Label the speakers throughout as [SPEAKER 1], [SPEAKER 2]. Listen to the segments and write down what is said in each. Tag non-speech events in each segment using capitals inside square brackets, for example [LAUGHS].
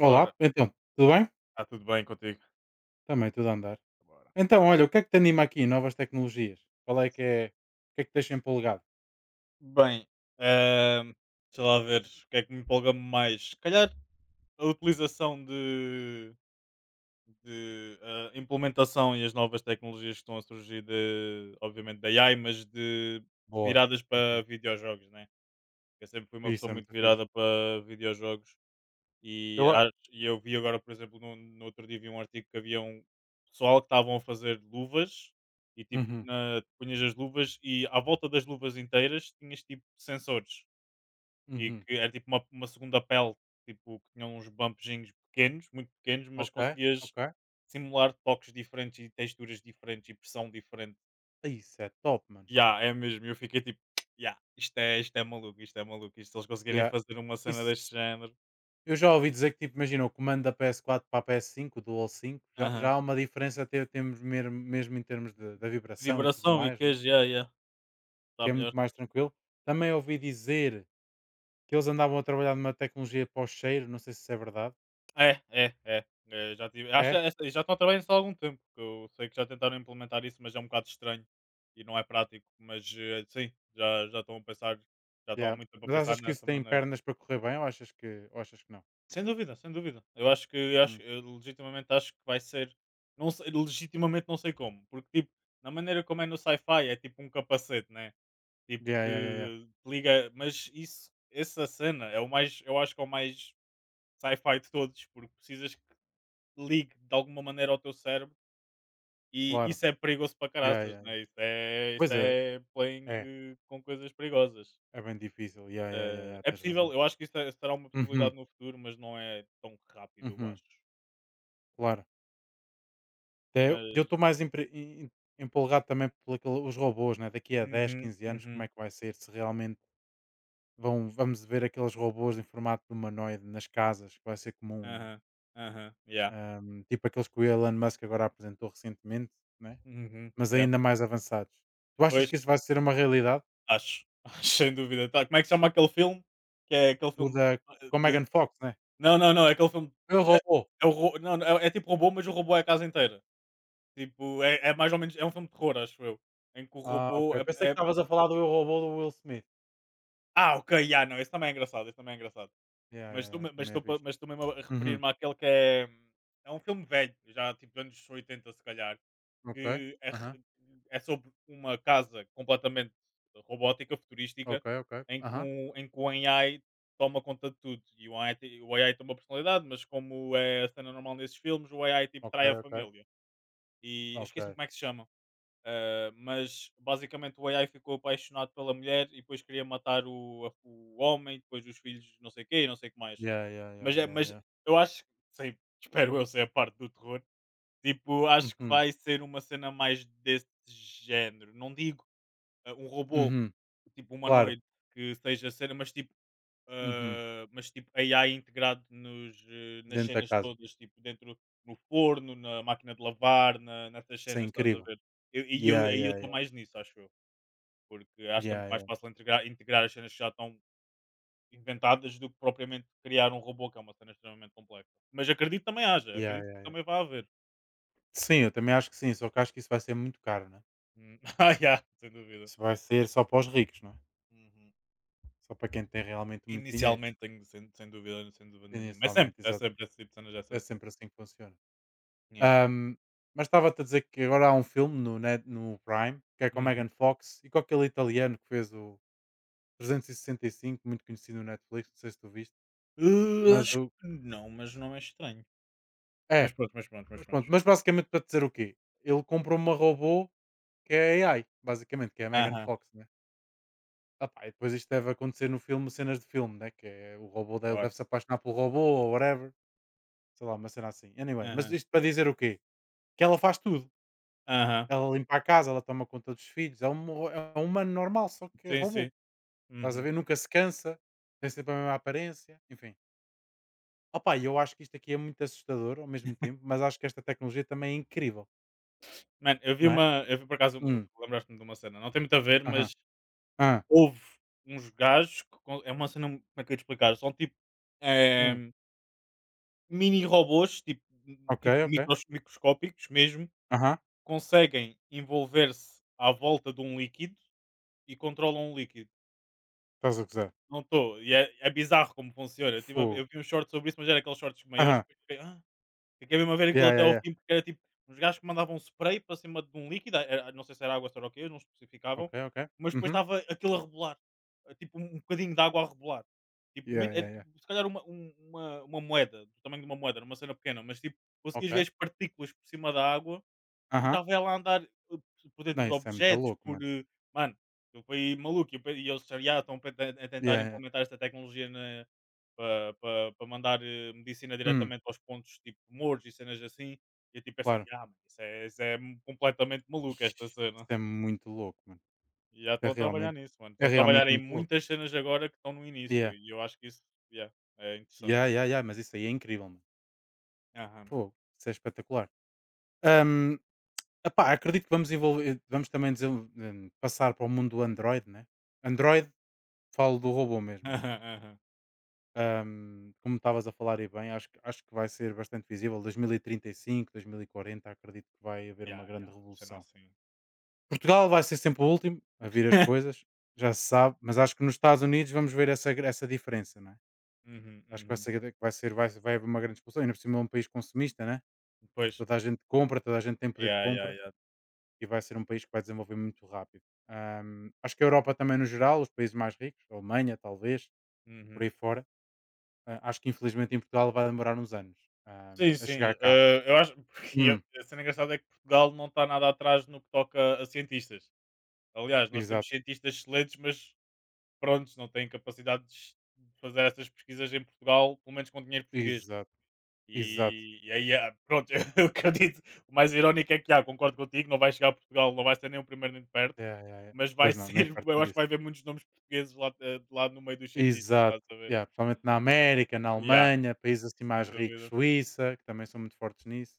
[SPEAKER 1] Olá,
[SPEAKER 2] Ora,
[SPEAKER 1] então, tudo bem?
[SPEAKER 2] está tudo bem contigo?
[SPEAKER 1] Também tudo a andar.
[SPEAKER 2] Bora.
[SPEAKER 1] Então, olha, o que é que te anima aqui, em novas tecnologias? Qual é que é, o que é que te deixa empolgado?
[SPEAKER 2] Bem, ahm, deixa lá ver o que é que me empolga mais. Se calhar a utilização de implementação e as novas tecnologias que estão a surgir, de, obviamente da AI, mas de
[SPEAKER 1] Boa.
[SPEAKER 2] viradas
[SPEAKER 1] Uhum.
[SPEAKER 2] para videojogos, né? Eu sempre fui uma
[SPEAKER 1] Isso
[SPEAKER 2] pessoa
[SPEAKER 1] é
[SPEAKER 2] muito
[SPEAKER 1] muito fixe.
[SPEAKER 2] virada para videojogos. E,
[SPEAKER 1] Eu, a-
[SPEAKER 2] a- e eu vi agora, por exemplo, no outro dia vi um artigo que havia um pessoal que estavam a fazer luvas e tipo,
[SPEAKER 1] uhum,
[SPEAKER 2] punhas as luvas e à volta das luvas inteiras tinhas tipo sensores e
[SPEAKER 1] uhum.
[SPEAKER 2] que era tipo uma segunda pele, tipo, que tinham uns bumpzinhos pequenos, muito pequenos, mas
[SPEAKER 1] Ok,
[SPEAKER 2] conseguias
[SPEAKER 1] ok.
[SPEAKER 2] simular toques diferentes e texturas diferentes e pressão diferente.
[SPEAKER 1] Isso é top, mano.
[SPEAKER 2] Ya, é mesmo, eu fiquei tipo, ya, isto é maluco, isto é maluco, isto se eles conseguirem
[SPEAKER 1] Yeah.
[SPEAKER 2] fazer uma cena deste
[SPEAKER 1] Isso,
[SPEAKER 2] género.
[SPEAKER 1] eu já ouvi dizer que, tipo, imagina, o comando da PS4 para a PS5, o Dual 5, já
[SPEAKER 2] Aham.
[SPEAKER 1] há uma diferença até temos mesmo em termos da vibração e tudo
[SPEAKER 2] Vibração e
[SPEAKER 1] mais, né?
[SPEAKER 2] queijo, ya, ya. Está
[SPEAKER 1] Que é
[SPEAKER 2] melhor.
[SPEAKER 1] muito mais tranquilo. Também ouvi dizer que eles andavam a trabalhar numa tecnologia para o cheiro, não sei se isso é verdade.
[SPEAKER 2] É, é, é. Já tive, acho,
[SPEAKER 1] É?
[SPEAKER 2] é, e já estão a trabalhar nisso há algum tempo, que eu sei que já tentaram implementar isso, mas é um bocado estranho e não é prático. Mas sim, já estão a pensar, já estão há
[SPEAKER 1] Yeah.
[SPEAKER 2] muito tempo a
[SPEAKER 1] Mas
[SPEAKER 2] pensar
[SPEAKER 1] achas que isso
[SPEAKER 2] nessa
[SPEAKER 1] tem
[SPEAKER 2] maneira.
[SPEAKER 1] pernas para correr bem ou achas que, não?
[SPEAKER 2] Sem dúvida, sem dúvida. Eu acho que, eu
[SPEAKER 1] Uhum.
[SPEAKER 2] acho, eu legitimamente acho que vai ser, não sei, legitimamente não sei como, porque tipo, na maneira como é no sci-fi, é tipo um capacete, né? Tipo
[SPEAKER 1] Yeah, yeah, yeah, yeah.
[SPEAKER 2] que te liga, mas isso, essa cena é o mais, eu acho que é o mais sci-fi de todos, porque precisas ligue de alguma maneira ao teu cérebro e
[SPEAKER 1] Claro.
[SPEAKER 2] isso é perigoso para
[SPEAKER 1] Yeah,
[SPEAKER 2] caraças,
[SPEAKER 1] yeah, yeah.
[SPEAKER 2] né? Isso
[SPEAKER 1] Pois é,
[SPEAKER 2] é playing
[SPEAKER 1] é,
[SPEAKER 2] com coisas perigosas.
[SPEAKER 1] é bem difícil. Yeah, yeah, yeah, yeah.
[SPEAKER 2] É
[SPEAKER 1] Tens
[SPEAKER 2] possível,
[SPEAKER 1] razão.
[SPEAKER 2] eu acho que isso será uma
[SPEAKER 1] Uhum.
[SPEAKER 2] possibilidade no futuro, mas não é tão rápido, eu
[SPEAKER 1] Uhum.
[SPEAKER 2] acho.
[SPEAKER 1] Claro. Até eu
[SPEAKER 2] Mas.
[SPEAKER 1] estou
[SPEAKER 2] Yeah.
[SPEAKER 1] mais empolgado também pelos robôs, né? Daqui a 10,
[SPEAKER 2] Uhum,
[SPEAKER 1] 15 anos, como é
[SPEAKER 2] uhum,
[SPEAKER 1] que vai ser, se realmente vamos ver aqueles robôs em formato de humanoide nas casas, que vai ser comum, né?
[SPEAKER 2] aham, aham, yeah,
[SPEAKER 1] Tipo aqueles que o Elon Musk agora apresentou recentemente, né?
[SPEAKER 2] uhum,
[SPEAKER 1] Mas
[SPEAKER 2] yeah.
[SPEAKER 1] ainda mais avançados. Tu achas
[SPEAKER 2] Pois,
[SPEAKER 1] que isso vai ser uma realidade?
[SPEAKER 2] acho, [LAUGHS] acho, sem dúvida. Tá, como é que chama aquele filme? Que é aquele
[SPEAKER 1] O
[SPEAKER 2] filme
[SPEAKER 1] da
[SPEAKER 2] eh,
[SPEAKER 1] com a
[SPEAKER 2] de.
[SPEAKER 1] Megan Fox, né?
[SPEAKER 2] Não, não, não, é aquele filme.
[SPEAKER 1] Eu,
[SPEAKER 2] É,
[SPEAKER 1] Robô.
[SPEAKER 2] é o não, não, é tipo robô, mas o robô é a casa inteira. Tipo, é, é mais ou menos. É um filme de terror, acho eu. Em que o
[SPEAKER 1] Ah, ok.
[SPEAKER 2] robô é.
[SPEAKER 1] Pensei que
[SPEAKER 2] é-
[SPEAKER 1] estavas a falar do Eu, Robô do Will Smith.
[SPEAKER 2] Ah, ok, ah, não, esse também é engraçado, esse também é engraçado.
[SPEAKER 1] Yeah,
[SPEAKER 2] Mas
[SPEAKER 1] yeah,
[SPEAKER 2] estou
[SPEAKER 1] yeah,
[SPEAKER 2] mas
[SPEAKER 1] também é
[SPEAKER 2] estou pa-
[SPEAKER 1] fixe.
[SPEAKER 2] mas estou mesmo a
[SPEAKER 1] Uhum.
[SPEAKER 2] referir-me àquele que é. É um filme velho, já tipo anos 80 se calhar,
[SPEAKER 1] Ok.
[SPEAKER 2] que é,
[SPEAKER 1] Aham.
[SPEAKER 2] re- é sobre uma casa completamente robótica, futurística,
[SPEAKER 1] Ok, ok.
[SPEAKER 2] em que
[SPEAKER 1] Aham.
[SPEAKER 2] um, em que o A I toma conta de tudo. E o AI, o A I tem uma personalidade, mas como é a cena normal nesses filmes, o A I tipo
[SPEAKER 1] Ok,
[SPEAKER 2] trai a
[SPEAKER 1] ok.
[SPEAKER 2] família. E eu
[SPEAKER 1] Ok.
[SPEAKER 2] esqueci-me como é que se chama. Ah, mas basicamente o AI ficou apaixonado pela mulher e depois queria matar o homem, depois os filhos, não sei o quê, e não sei o que mais.
[SPEAKER 1] Yeah, yeah,
[SPEAKER 2] Mas,
[SPEAKER 1] yeah,
[SPEAKER 2] é,
[SPEAKER 1] yeah,
[SPEAKER 2] mas
[SPEAKER 1] yeah.
[SPEAKER 2] eu acho, sei, [LAUGHS] espero eu ser a parte do terror. Tipo, acho que
[SPEAKER 1] Uhum.
[SPEAKER 2] vai ser uma cena mais desse género. Não digo um robô,
[SPEAKER 1] Uhum.
[SPEAKER 2] tipo
[SPEAKER 1] Claro.
[SPEAKER 2] humanoide, que seja cena, mas tipo
[SPEAKER 1] Uhum.
[SPEAKER 2] mas tipo AI integrado nos, nas
[SPEAKER 1] Dentro da
[SPEAKER 2] cenas
[SPEAKER 1] casa.
[SPEAKER 2] todas, tipo dentro no forno, na máquina de lavar, na, nessas
[SPEAKER 1] Isso é
[SPEAKER 2] cenas, estás a
[SPEAKER 1] incrível.
[SPEAKER 2] ver? E eu
[SPEAKER 1] Yeah,
[SPEAKER 2] aí eu
[SPEAKER 1] yeah,
[SPEAKER 2] estou
[SPEAKER 1] yeah.
[SPEAKER 2] mais nisso, acho eu, porque acho que é
[SPEAKER 1] Yeah,
[SPEAKER 2] muito mais
[SPEAKER 1] yeah.
[SPEAKER 2] fácil integrar, integrar as cenas que já estão inventadas do que propriamente criar um robô, que é uma cena extremamente complexa. Mas acredito que também haja,
[SPEAKER 1] Yeah,
[SPEAKER 2] acredito que
[SPEAKER 1] yeah.
[SPEAKER 2] também vai haver.
[SPEAKER 1] Sim, eu também acho que sim, só que acho que isso vai ser muito caro, né?
[SPEAKER 2] [LAUGHS] Ah, yeah, sem dúvida.
[SPEAKER 1] Isso vai ser só para os ricos, não é?
[SPEAKER 2] Uhum.
[SPEAKER 1] Só para quem tem realmente muito dinheiro.
[SPEAKER 2] Inicialmente tenho, sem, sem dúvida, sem dúvida nenhuma.
[SPEAKER 1] Inicialmente,
[SPEAKER 2] É
[SPEAKER 1] exato.
[SPEAKER 2] sempre esse tipo de cenas, é
[SPEAKER 1] É
[SPEAKER 2] sempre.
[SPEAKER 1] sempre assim que funciona.
[SPEAKER 2] Yeah.
[SPEAKER 1] Ahm, mas estava-te a dizer que agora há um filme no Prime, que é com a
[SPEAKER 2] Uhum.
[SPEAKER 1] Megan Fox e com aquele italiano que fez o 365, muito conhecido no Netflix, não sei se tu viste,
[SPEAKER 2] Hã,
[SPEAKER 1] mas
[SPEAKER 2] acho
[SPEAKER 1] o.
[SPEAKER 2] que não, mas não é estranho.
[SPEAKER 1] É,
[SPEAKER 2] Mas pronto, mas pronto, mas
[SPEAKER 1] mas
[SPEAKER 2] pronto.
[SPEAKER 1] pronto, mas basicamente para te dizer o quê? Ele comprou uma robô que é AI, basicamente, que é a Megan
[SPEAKER 2] Aham,
[SPEAKER 1] Fox, né? Ah pá, e depois isto deve acontecer no filme, cenas de filme, né? Que é o robô dele
[SPEAKER 2] claro.
[SPEAKER 1] deve se apaixonar pelo robô ou whatever, sei lá, uma cena assim. Anyway, mas
[SPEAKER 2] Aham,
[SPEAKER 1] isto para dizer o quê? Que ela faz tudo
[SPEAKER 2] aham.
[SPEAKER 1] Ela limpa a casa, ela toma conta dos filhos, é um humano normal, só que é
[SPEAKER 2] Sim,
[SPEAKER 1] robô,
[SPEAKER 2] sim.
[SPEAKER 1] estás a
[SPEAKER 2] Uhum.
[SPEAKER 1] ver? Nunca se cansa, tem sempre a mesma aparência, enfim. Opa, e eu acho que isto aqui é muito assustador ao mesmo tempo, mas acho que esta tecnologia também é incrível,
[SPEAKER 2] Mano,
[SPEAKER 1] não é?
[SPEAKER 2] eu vi por acaso uma
[SPEAKER 1] Hum,
[SPEAKER 2] lembraste-me de uma cena, não tem muito a ver,
[SPEAKER 1] aham,
[SPEAKER 2] mas
[SPEAKER 1] hã,
[SPEAKER 2] houve uns gajos que co é uma cena, como é que eu ia te explicar? São tipo, eh,
[SPEAKER 1] hum,
[SPEAKER 2] mini robôs, tipo
[SPEAKER 1] ok,
[SPEAKER 2] tipo
[SPEAKER 1] ok,
[SPEAKER 2] microscópicos mesmo,
[SPEAKER 1] aham,
[SPEAKER 2] conseguem envolver-se à volta de um líquido e controlam o líquido.
[SPEAKER 1] estás a gozar.
[SPEAKER 2] Não estou. E é é bizarro como funciona. Eu tive a ver
[SPEAKER 1] Fogo,
[SPEAKER 2] eu vi um short sobre isso, mas era aqueles shorts maiores e
[SPEAKER 1] aham,
[SPEAKER 2] depois fiquei: "Ah", fiquei mesmo a ver aquilo
[SPEAKER 1] yeah,
[SPEAKER 2] até
[SPEAKER 1] yeah,
[SPEAKER 2] ao
[SPEAKER 1] yeah,
[SPEAKER 2] fim, porque era tipo uns gajos que mandavam um spray para cima de um líquido, era não sei se era água, se era o quê, não
[SPEAKER 1] ok,
[SPEAKER 2] especificavam,
[SPEAKER 1] ok,
[SPEAKER 2] mas depois
[SPEAKER 1] uhum,
[SPEAKER 2] estava aquilo a rebolar, tipo um bocadinho de água a rebolar. Tipo, men
[SPEAKER 1] yeah,
[SPEAKER 2] era
[SPEAKER 1] yeah, yeah,
[SPEAKER 2] tipo se calhar uma um uma moeda, do tamanho de uma moeda, era uma cena pequena, mas tipo,
[SPEAKER 1] ok,
[SPEAKER 2] conseguias ver as partículas por cima da água e
[SPEAKER 1] aham.
[SPEAKER 2] estava ela a andar, uh, por dentro
[SPEAKER 1] Não,
[SPEAKER 2] de
[SPEAKER 1] isso é muito
[SPEAKER 2] objetos,
[SPEAKER 1] louco,
[SPEAKER 2] por,
[SPEAKER 1] mano.
[SPEAKER 2] mano, eu fui maluco. E eles já estão pe a tentar
[SPEAKER 1] Yeah, yeah,
[SPEAKER 2] implementar esta tecnologia na para mandar, medicina
[SPEAKER 1] hum,
[SPEAKER 2] diretamente aos pontos, tipo, tumores e cenas assim. E eu, tipo, pensei:
[SPEAKER 1] claro.
[SPEAKER 2] "Ah mano, isso é completamente maluco
[SPEAKER 1] Ixi,
[SPEAKER 2] esta
[SPEAKER 1] isso
[SPEAKER 2] cena".
[SPEAKER 1] é muito louco, mano,
[SPEAKER 2] E já
[SPEAKER 1] é
[SPEAKER 2] estão a trabalhar
[SPEAKER 1] realmente
[SPEAKER 2] nisso, mano. Estão a trabalhar em
[SPEAKER 1] muito louco.
[SPEAKER 2] muitas cenas agora que estão no início
[SPEAKER 1] Yeah.
[SPEAKER 2] e eu acho que isso, ya, é interessante.
[SPEAKER 1] Yeah, yeah, yeah, mas isso aí é incrível, mano.
[SPEAKER 2] Aham.
[SPEAKER 1] Fogo, isso é espetacular. Ahm, Epá, acredito que vamos envolver, vamos também passar para o mundo do Android, né? Android, falo do robô mesmo,
[SPEAKER 2] [LAUGHS]
[SPEAKER 1] né?
[SPEAKER 2] Aham, aham.
[SPEAKER 1] Como estavas a falar e bem, acho que vai ser bastante visível. 2035, 2040, acredito que vai haver uma
[SPEAKER 2] Ya, ya,
[SPEAKER 1] grande
[SPEAKER 2] uma cena
[SPEAKER 1] revolução.
[SPEAKER 2] assim.
[SPEAKER 1] Portugal vai ser sempre o último a vir as coisas, já se sabe, mas acho que nos Estados Unidos vamos ver essa diferença, né?
[SPEAKER 2] Uhum,
[SPEAKER 1] Acho que
[SPEAKER 2] uhum.
[SPEAKER 1] vai haver uma grande discussão, ainda por cima é um país consumista, né?
[SPEAKER 2] Pois.
[SPEAKER 1] Toda a gente compra, toda a gente tem poder de
[SPEAKER 2] Ya, ya,
[SPEAKER 1] compra
[SPEAKER 2] ya.
[SPEAKER 1] e vai ser um país que vai desenvolver muito rápido. Acho que a Europa também, no geral, os países mais ricos, a Alemanha, talvez, por
[SPEAKER 2] Uhum.
[SPEAKER 1] aí fora, acho que infelizmente em Portugal vai demorar uns anos
[SPEAKER 2] Sim,
[SPEAKER 1] a chegar
[SPEAKER 2] sim.
[SPEAKER 1] cá.
[SPEAKER 2] Eu acho porque
[SPEAKER 1] Hum,
[SPEAKER 2] a cena engraçada é que Portugal não está nada atrás no que toca a cientistas. Aliás, nós
[SPEAKER 1] exato,
[SPEAKER 2] temos cientistas excelentes, mas prontos, não têm capacidade de de fazer essas pesquisas em Portugal, pelo menos com dinheiro português.
[SPEAKER 1] exato, exato.
[SPEAKER 2] E aí, ah, pronto, [LAUGHS] eu acredito. O mais irónico é que, ah, concordo contigo, não vai chegar a Portugal, não vai ser nem o primeiro nem de perto,
[SPEAKER 1] Yeah, yeah, yeah.
[SPEAKER 2] mas vai
[SPEAKER 1] Pois não,
[SPEAKER 2] ser,
[SPEAKER 1] nem
[SPEAKER 2] [LAUGHS]
[SPEAKER 1] perto
[SPEAKER 2] eu acho que
[SPEAKER 1] disso.
[SPEAKER 2] vai haver muitos nomes portugueses lá, lá no meio dos cientistas,
[SPEAKER 1] Exato.
[SPEAKER 2] estás a ver?
[SPEAKER 1] Yeah, principalmente na América, na
[SPEAKER 2] E há,
[SPEAKER 1] Alemanha, países assim mais
[SPEAKER 2] sem
[SPEAKER 1] ricos,
[SPEAKER 2] dúvida.
[SPEAKER 1] Suíça, que também são muito fortes nisso.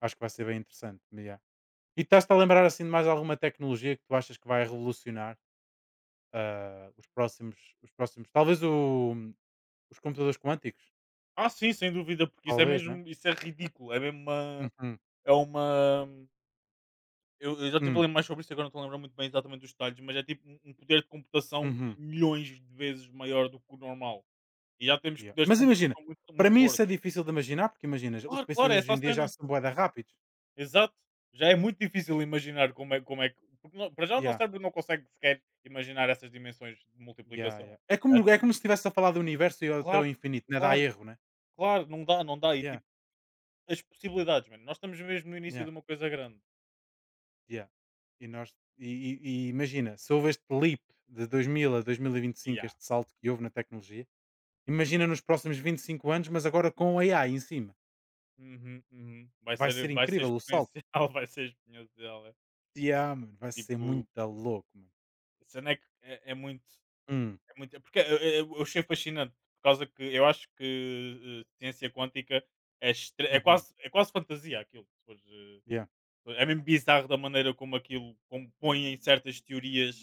[SPEAKER 1] Acho que vai ser bem interessante. Yeah. E estás-te a lembrar assim de mais alguma tecnologia que tu achas que vai revolucionar? Ah, os próximos talvez o os computadores quânticos,
[SPEAKER 2] Ah, sim, sem dúvida, porque isso é
[SPEAKER 1] talvez, né?
[SPEAKER 2] mesmo, isso é ridículo, é mesmo uma.
[SPEAKER 1] Uhum,
[SPEAKER 2] É uma. Eu já estive a
[SPEAKER 1] hum,
[SPEAKER 2] ler mais sobre isso, agora não estou a lembrar muito bem exatamente dos detalhes, mas é tipo um poder de computação
[SPEAKER 1] uhum,
[SPEAKER 2] milhões de vezes maior do que o normal. E já temos
[SPEAKER 1] yeah.
[SPEAKER 2] poderes de
[SPEAKER 1] Mas imagina,
[SPEAKER 2] computação muito,
[SPEAKER 1] para
[SPEAKER 2] muito
[SPEAKER 1] mim isso
[SPEAKER 2] fortes.
[SPEAKER 1] é difícil de imaginar, porque imagina, os
[SPEAKER 2] Claro, claro, é
[SPEAKER 1] PCs hoje
[SPEAKER 2] essa a
[SPEAKER 1] em dia
[SPEAKER 2] cena.
[SPEAKER 1] já são bué da rápidos.
[SPEAKER 2] Exato. Já é muito difícil imaginar como é que. Porque para já o nosso
[SPEAKER 1] Yeah,
[SPEAKER 2] cérebro não consegue sequer imaginar essas dimensões de
[SPEAKER 1] yeah,
[SPEAKER 2] multiplicação.
[SPEAKER 1] yeah.
[SPEAKER 2] É
[SPEAKER 1] É
[SPEAKER 2] tudo-
[SPEAKER 1] como se estivesse a falar do universo e até o
[SPEAKER 2] Claro,
[SPEAKER 1] infinito, né? Dá
[SPEAKER 2] claro,
[SPEAKER 1] erro, né?
[SPEAKER 2] claro, não dá, não dá. E
[SPEAKER 1] Yeah,
[SPEAKER 2] tipo, as possibilidades, mano. Nós estamos mesmo no início
[SPEAKER 1] yeah,
[SPEAKER 2] de uma coisa grande.
[SPEAKER 1] yeah. E imagina, se houve este leap de 2000 a dois mil e vinte e cinco
[SPEAKER 2] Ya.
[SPEAKER 1] este salto que houve na tecnologia, imagina nos próximos 25 anos, mas agora com a AI em cima.
[SPEAKER 2] Uhum, uhum.
[SPEAKER 1] Vai ser
[SPEAKER 2] Vai ser
[SPEAKER 1] incrível o
[SPEAKER 2] exponencial,
[SPEAKER 1] salto.
[SPEAKER 2] [LAUGHS] vai ser exponencial, é.
[SPEAKER 1] Yeah, mano, vai ser
[SPEAKER 2] Tipo,
[SPEAKER 1] muito louco, mano.
[SPEAKER 2] a cena é que é muito
[SPEAKER 1] Hum,
[SPEAKER 2] é muito é porque eu achei fascinante, por causa que eu acho que, ciência quântica é extre
[SPEAKER 1] Uhum.
[SPEAKER 2] é quase fantasia aquilo, se fores,
[SPEAKER 1] Yeah,
[SPEAKER 2] é mesmo bizarro da maneira como aquilo compõem certas teorias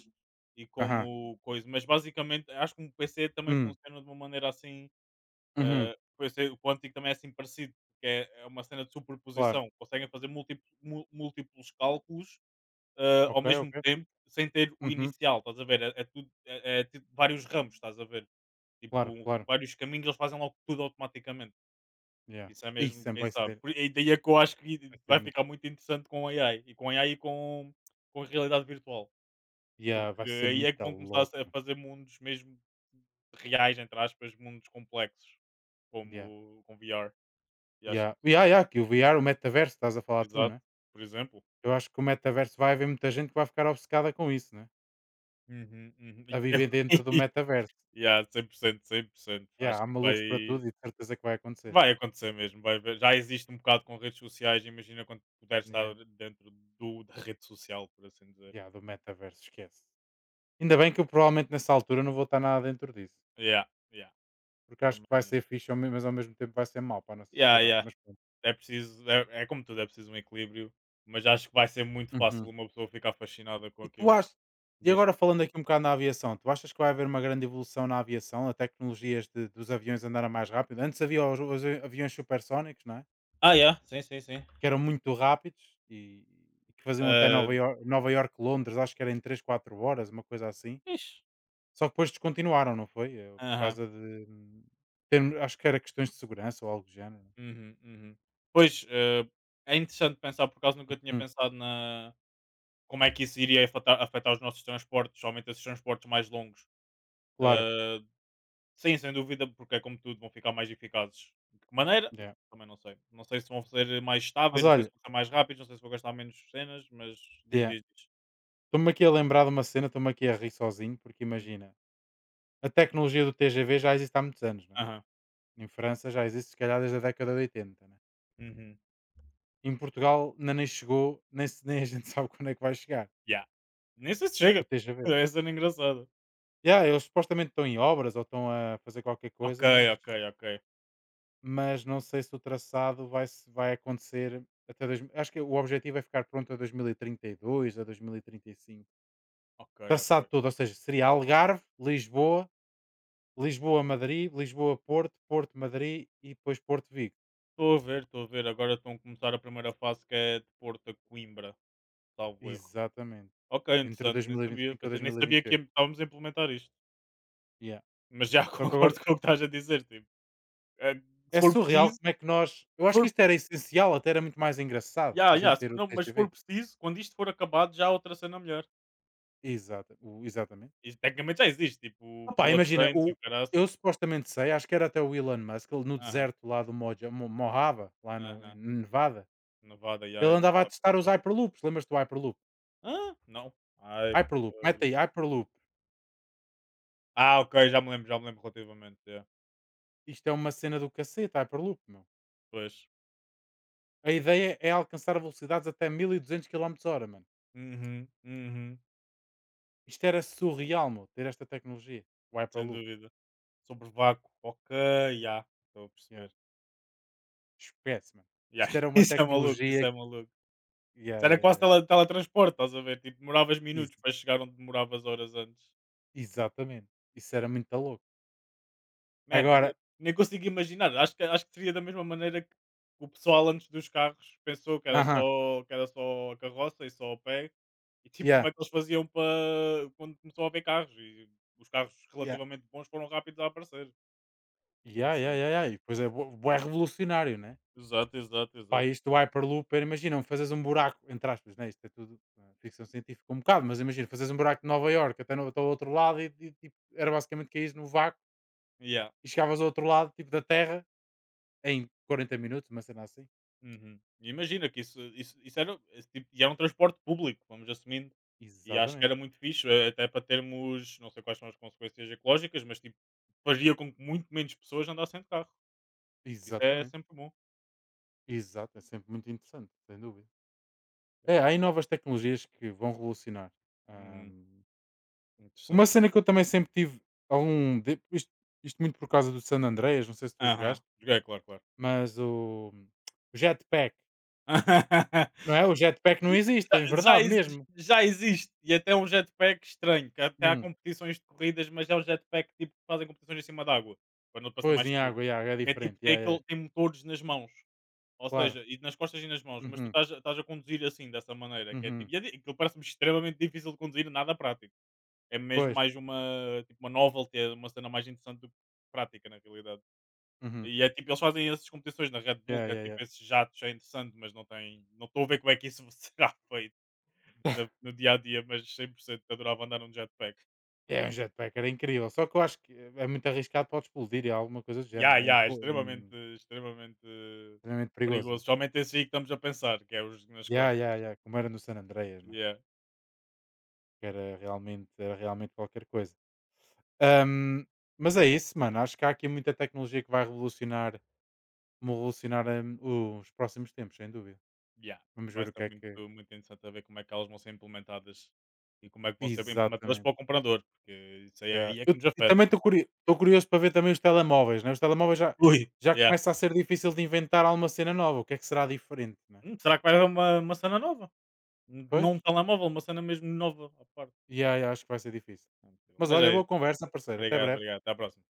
[SPEAKER 2] e
[SPEAKER 1] aham,
[SPEAKER 2] como coisa, mas basicamente acho que um PC também
[SPEAKER 1] hum,
[SPEAKER 2] funciona de uma maneira assim.
[SPEAKER 1] uhum,
[SPEAKER 2] Eu sei, o Quantic também é assim parecido, que é, é uma cena de
[SPEAKER 1] claro,
[SPEAKER 2] superposição. Conseguem fazer múltiplos cálculos, ao
[SPEAKER 1] ok,
[SPEAKER 2] mesmo
[SPEAKER 1] ok,
[SPEAKER 2] tempo, sem ter o
[SPEAKER 1] uhum,
[SPEAKER 2] inicial, estás a ver? É tipo vários ramos, estás a ver?
[SPEAKER 1] claro,
[SPEAKER 2] Tipo,
[SPEAKER 1] claro,
[SPEAKER 2] vários caminhos, eles fazem logo tudo automaticamente.
[SPEAKER 1] yeah.
[SPEAKER 2] Isso é mesmo,
[SPEAKER 1] Isso
[SPEAKER 2] quem
[SPEAKER 1] vai
[SPEAKER 2] sabe.
[SPEAKER 1] ser,
[SPEAKER 2] E daí é que eu acho que
[SPEAKER 1] vai ser
[SPEAKER 2] vai
[SPEAKER 1] muito,
[SPEAKER 2] ficar muito interessante com AI. E com AI e com a realidade virtual.
[SPEAKER 1] yeah, vai
[SPEAKER 2] Porque
[SPEAKER 1] ser
[SPEAKER 2] aí é que
[SPEAKER 1] muito
[SPEAKER 2] vão começar a
[SPEAKER 1] louco,
[SPEAKER 2] a
[SPEAKER 1] mano.
[SPEAKER 2] fazer mundos mesmo reais, entre aspas, mundos complexos,
[SPEAKER 1] Yeah,
[SPEAKER 2] como com VR. E acho
[SPEAKER 1] yeah, yeah,
[SPEAKER 2] interessante.
[SPEAKER 1] yeah, que o VR, o metaverso, estás a falar tu,
[SPEAKER 2] Exato,
[SPEAKER 1] né?
[SPEAKER 2] por exemplo.
[SPEAKER 1] Eu acho que o metaverso vai haver muita gente que vai ficar obcecada com isso, né?
[SPEAKER 2] Uhum, uhum.
[SPEAKER 1] A viver dentro do
[SPEAKER 2] [LAUGHS]
[SPEAKER 1] metaverso.
[SPEAKER 2] Yeah, 100%. 100%.
[SPEAKER 1] Yeah,
[SPEAKER 2] Acho
[SPEAKER 1] há
[SPEAKER 2] que vai,
[SPEAKER 1] malucos para tudo e de certeza que vai acontecer.
[SPEAKER 2] vai acontecer mesmo, vai haver, já existe um bocado com redes sociais, imagina quando puder
[SPEAKER 1] Yeah,
[SPEAKER 2] estar dentro do da rede social, por assim dizer.
[SPEAKER 1] yeah, do metaverso, esquece. Ainda bem que eu provavelmente nessa altura não vou estar nada dentro disso.
[SPEAKER 2] Yeah, yeah,
[SPEAKER 1] Porque acho que vai
[SPEAKER 2] também.
[SPEAKER 1] ser fixe, mas ao mesmo tempo vai ser mau para a nossa
[SPEAKER 2] Yeah,
[SPEAKER 1] sociedade.
[SPEAKER 2] yeah,
[SPEAKER 1] Mas pronto.
[SPEAKER 2] é preciso é é como tudo, é preciso um equilíbrio, mas acho que vai ser muito fácil
[SPEAKER 1] Uhum.
[SPEAKER 2] uma pessoa ficar fascinada com
[SPEAKER 1] E tu
[SPEAKER 2] aquilo.
[SPEAKER 1] achas, e
[SPEAKER 2] Diz.
[SPEAKER 1] agora falando aqui um bocado na aviação, tu achas que vai haver uma grande evolução na aviação, a tecnologias dos aviões andarem mais rápido? Antes havia os aviões supersónicos, não é?
[SPEAKER 2] Ah, yeah, sim, sim, sim.
[SPEAKER 1] Que eram muito rápidos e que faziam até Nova
[SPEAKER 2] Hã,
[SPEAKER 1] York, Londres, acho que era em 3, 4 horas, uma coisa assim.
[SPEAKER 2] fixe.
[SPEAKER 1] Só que depois descontinuaram, não foi? Por causa de. Acho que era questões de segurança ou algo do género.
[SPEAKER 2] Uhum, uhum. Pois, é interessante pensar, por acaso nunca tinha
[SPEAKER 1] Hum.
[SPEAKER 2] pensado na como é que isso iria afetar, afetar os nossos transportes, somente esses transportes mais longos.
[SPEAKER 1] Claro.
[SPEAKER 2] Eh, sim, sem dúvida, porque é como tudo, vão ficar mais eficazes. De que maneira?
[SPEAKER 1] Yeah.
[SPEAKER 2] Também não sei. Não sei se vão ser mais
[SPEAKER 1] Mas
[SPEAKER 2] estáveis, não sei
[SPEAKER 1] olha,
[SPEAKER 2] se vão ser mais rápidos, não sei se vou gastar menos cenas, mas diz,
[SPEAKER 1] yeah.
[SPEAKER 2] diz, diz.
[SPEAKER 1] Estou-me aqui a lembrar de uma cena, estou-me aqui a rir sozinho, porque
[SPEAKER 2] Hum.
[SPEAKER 1] imagina, a tecnologia do TGV já existe há muitos anos, né?
[SPEAKER 2] Aham.
[SPEAKER 1] Em França já existe, se calhar, desde a década de 80, né?
[SPEAKER 2] Uhum.
[SPEAKER 1] Em Portugal ainda nem chegou, nem, se- [LAUGHS] nem a gente [LAUGHS] sabe quando é que vai chegar
[SPEAKER 2] Yeah. Nem sei se
[SPEAKER 1] o
[SPEAKER 2] chega.
[SPEAKER 1] TGV.
[SPEAKER 2] [LAUGHS] Essa era engraçada.
[SPEAKER 1] Yeah, eles supostamente estão em obras ou estão a fazer qualquer
[SPEAKER 2] Ok,
[SPEAKER 1] coisa,
[SPEAKER 2] ok, ok.
[SPEAKER 1] mas não sei se o traçado vai, se- vai acontecer até. Dois- mil. Acho que o objetivo é ficar pronto a 2032, a 2035.
[SPEAKER 2] Ok,
[SPEAKER 1] Traçado
[SPEAKER 2] ok.
[SPEAKER 1] todo, ou seja, seria Algarve, Lisboa, Lisboa-Madrid, Lisboa-Porto, Porto-Madrid e depois Porto-Vigo.
[SPEAKER 2] Estou a ver, estou a ver. Agora estão a começar a primeira fase, que é de Porto a Coimbra, salvo erro.
[SPEAKER 1] Exatamente.
[SPEAKER 2] Ok,
[SPEAKER 1] Entre
[SPEAKER 2] interessante,
[SPEAKER 1] dois
[SPEAKER 2] nem
[SPEAKER 1] mil e vinte e
[SPEAKER 2] sabia.
[SPEAKER 1] cinco e
[SPEAKER 2] Nem sabia
[SPEAKER 1] vinte e
[SPEAKER 2] que
[SPEAKER 1] oito.
[SPEAKER 2] estávamos a implementar isto.
[SPEAKER 1] Yeah.
[SPEAKER 2] Mas já [LAUGHS]
[SPEAKER 1] Só que agora
[SPEAKER 2] concordo com o que estás a dizer. Tipo, é, se
[SPEAKER 1] é
[SPEAKER 2] for
[SPEAKER 1] surreal
[SPEAKER 2] preciso,
[SPEAKER 1] como é que nós. Eu
[SPEAKER 2] se
[SPEAKER 1] acho que
[SPEAKER 2] for,
[SPEAKER 1] isto era essencial, até era muito mais engraçado a
[SPEAKER 2] já,
[SPEAKER 1] gente
[SPEAKER 2] já, se
[SPEAKER 1] ter
[SPEAKER 2] for-
[SPEAKER 1] o
[SPEAKER 2] não, mas se
[SPEAKER 1] TGV.
[SPEAKER 2] for preciso, quando isto for acabado, já há outra cena melhor.
[SPEAKER 1] Exatamente.
[SPEAKER 2] Isto tecnicamente já existe, tipo
[SPEAKER 1] Opa,
[SPEAKER 2] bullet
[SPEAKER 1] imagina,
[SPEAKER 2] trains e o
[SPEAKER 1] eu
[SPEAKER 2] caraças.
[SPEAKER 1] supostamente sei, acho que era até o Elon Musk, ele no
[SPEAKER 2] Aham,
[SPEAKER 1] deserto lá do Mojave, lá no, em
[SPEAKER 2] aham.
[SPEAKER 1] Nevada,
[SPEAKER 2] Nevada,
[SPEAKER 1] ele
[SPEAKER 2] já, é uma
[SPEAKER 1] andava a testar os
[SPEAKER 2] rápida.
[SPEAKER 1] Hyperloops. Lembras-te do Hyperloop?
[SPEAKER 2] Ah, não. Ai,
[SPEAKER 1] Hyperloop, mete
[SPEAKER 2] por-
[SPEAKER 1] aí, Hyperloop.
[SPEAKER 2] Ah, ok, já me lembro relativamente. Yeah.
[SPEAKER 1] Isto é uma cena do cacete, Hyperloop, meu.
[SPEAKER 2] Pois.
[SPEAKER 1] A ideia é alcançar velocidades até 1200 km/h, mano.
[SPEAKER 2] Uhum, uhum,
[SPEAKER 1] Isto era surreal, meu, ter esta tecnologia. O
[SPEAKER 2] sem
[SPEAKER 1] Hyperloop,
[SPEAKER 2] dúvida. Sobre vácuo, ok, já, estou a
[SPEAKER 1] yeah.
[SPEAKER 2] perceber.
[SPEAKER 1] Esquece, mano.
[SPEAKER 2] Já,
[SPEAKER 1] Isto era
[SPEAKER 2] [LAUGHS]
[SPEAKER 1] uma
[SPEAKER 2] isso é maluco, isso
[SPEAKER 1] tecnologia que-
[SPEAKER 2] é maluco.
[SPEAKER 1] Yeah,
[SPEAKER 2] Isso era
[SPEAKER 1] yeah,
[SPEAKER 2] quase
[SPEAKER 1] yeah, yeah.
[SPEAKER 2] tele teletransporte, estás a ver? Tipo, demoravas
[SPEAKER 1] Ex
[SPEAKER 2] minutos para chegar onde demoravas horas antes.
[SPEAKER 1] exatamente. Isso era muito louco.
[SPEAKER 2] Man, eu
[SPEAKER 1] Agora
[SPEAKER 2] nem consigo imaginar. Acho que seria da mesma maneira que o pessoal antes dos carros pensou
[SPEAKER 1] Aham,
[SPEAKER 2] que era só a carroça e só o pé. E tipo,
[SPEAKER 1] yeah,
[SPEAKER 2] como é que eles faziam para quando começou a haver carros? E os carros
[SPEAKER 1] yeah.
[SPEAKER 2] relativamente bons foram rápidos a aparecer.
[SPEAKER 1] Yeah, yeah,
[SPEAKER 2] Insane.
[SPEAKER 1] yeah, yeah. E depois é bué bué revolucionário, né.
[SPEAKER 2] Exato, exato,
[SPEAKER 1] Pá,
[SPEAKER 2] exato.
[SPEAKER 1] isto do Hyperloop era imagina fazes um buraco, entre aspas, né, isto é tudo, ficção científica um bocado, mas imagina fazes um buraco de Nova York até no até ao outro lado e tipo, era basicamente caíres no vácuo
[SPEAKER 2] Yeah.
[SPEAKER 1] E chegavas ao outro lado, tipo, da Terra em 40 minutos, uma cena assim.
[SPEAKER 2] Uhum. Imagina que isso era, e era um transporte público, vamos assumindo. E acho que
[SPEAKER 1] Exatamente,
[SPEAKER 2] era muito fixe, até para termos, não sei quais são as consequências ecológicas, mas tipo, faria com que muito menos pessoas andassem de carro. O que isso é
[SPEAKER 1] exatamente,
[SPEAKER 2] sempre bom.
[SPEAKER 1] exato, é sempre muito interessante, sem dúvida.
[SPEAKER 2] É.
[SPEAKER 1] É, há aí novas tecnologias que vão revolucionar.
[SPEAKER 2] Uhum.
[SPEAKER 1] Ahm, uma
[SPEAKER 2] Interessante,
[SPEAKER 1] cena que eu
[SPEAKER 2] interessante.
[SPEAKER 1] também sempre tive isto, muito por causa do San Andreas, não sei se tu
[SPEAKER 2] Aham,
[SPEAKER 1] jogaste,
[SPEAKER 2] joguei, claro, claro.
[SPEAKER 1] mas o jetpack, não é?
[SPEAKER 2] [LAUGHS]
[SPEAKER 1] O jetpack não existe, em
[SPEAKER 2] já,
[SPEAKER 1] verdade
[SPEAKER 2] exi-
[SPEAKER 1] mesmo.
[SPEAKER 2] já existe, e até um jetpack estranho, que até há
[SPEAKER 1] Hum,
[SPEAKER 2] competições de corridas, mas é um jetpack tipo, que fazem competições em cima d'água, para não passar
[SPEAKER 1] pois,
[SPEAKER 2] mais
[SPEAKER 1] em
[SPEAKER 2] seguro.
[SPEAKER 1] água, é
[SPEAKER 2] É tipo,
[SPEAKER 1] diferente,
[SPEAKER 2] tem,
[SPEAKER 1] yeah, yeah,
[SPEAKER 2] aquele, tem motores nas mãos. Ou
[SPEAKER 1] claro.
[SPEAKER 2] seja, e nas costas e nas mãos, mas tu
[SPEAKER 1] Uhum,
[SPEAKER 2] estás a conduzir assim, dessa maneira, que é
[SPEAKER 1] uhum,
[SPEAKER 2] tipo, e é di aquilo parece-me extremamente difícil de conduzir, nada prático. É mesmo
[SPEAKER 1] pois,
[SPEAKER 2] mais uma, tipo, uma novelty, é uma cena mais interessante do que prática, na realidade.
[SPEAKER 1] uhum,
[SPEAKER 2] E é tipo, eles fazem essas competições na Red Bull,
[SPEAKER 1] yeah,
[SPEAKER 2] que é
[SPEAKER 1] yeah,
[SPEAKER 2] tipo, esses jatos é interessante, mas não tem não estou a ver como é que isso [LAUGHS] será feito
[SPEAKER 1] yeah.
[SPEAKER 2] na no dia a dia, mas 100% adorava andar num jetpack.
[SPEAKER 1] É, um jetpack era incrível, só que eu acho que é muito arriscado, pode explodir e alguma coisa do
[SPEAKER 2] Ya,
[SPEAKER 1] género, né, em
[SPEAKER 2] ya, é
[SPEAKER 1] fo em
[SPEAKER 2] extremamente extremamente
[SPEAKER 1] extremamente perigoso, né.
[SPEAKER 2] perigoso, somente esse aí que estamos a pensar, que é os nas
[SPEAKER 1] Ya,
[SPEAKER 2] costas.
[SPEAKER 1] ya, ya, como era no San Andreas, né,
[SPEAKER 2] Ya.
[SPEAKER 1] que era realmente qualquer coisa. Ahm, mas é isso, mano, acho que há aqui muita tecnologia que vai revolucionar, os próximos tempos, sem dúvida.
[SPEAKER 2] Yeah.
[SPEAKER 1] Vamos
[SPEAKER 2] Vai
[SPEAKER 1] ver o
[SPEAKER 2] ser
[SPEAKER 1] que é
[SPEAKER 2] muito,
[SPEAKER 1] que
[SPEAKER 2] muito interessante a ver como é que elas vão ser implementadas e como é que vão ser implementadas
[SPEAKER 1] exatamente,
[SPEAKER 2] para o comprador, porque isso
[SPEAKER 1] ya.
[SPEAKER 2] aí é
[SPEAKER 1] Eu
[SPEAKER 2] que nos
[SPEAKER 1] eu
[SPEAKER 2] afeta,
[SPEAKER 1] também
[SPEAKER 2] né?
[SPEAKER 1] estou curioso para ver também os telemóveis, né, os telemóveis
[SPEAKER 2] Ui,
[SPEAKER 1] já
[SPEAKER 2] yeah.
[SPEAKER 1] começa a ser difícil de inventar alguma cena nova, o que é que será diferente, né.
[SPEAKER 2] Será que vai haver uma cena nova?
[SPEAKER 1] Pois.
[SPEAKER 2] Não um telemóvel, uma cena mesmo nova à parte.
[SPEAKER 1] Ya, ya, acho que vai ser difícil.
[SPEAKER 2] Não é possível.
[SPEAKER 1] Mas
[SPEAKER 2] Mas é
[SPEAKER 1] olha, boa
[SPEAKER 2] isso.
[SPEAKER 1] conversa, parceiro. Até
[SPEAKER 2] Obrigado,
[SPEAKER 1] breve.
[SPEAKER 2] obrigado. Até à próxima.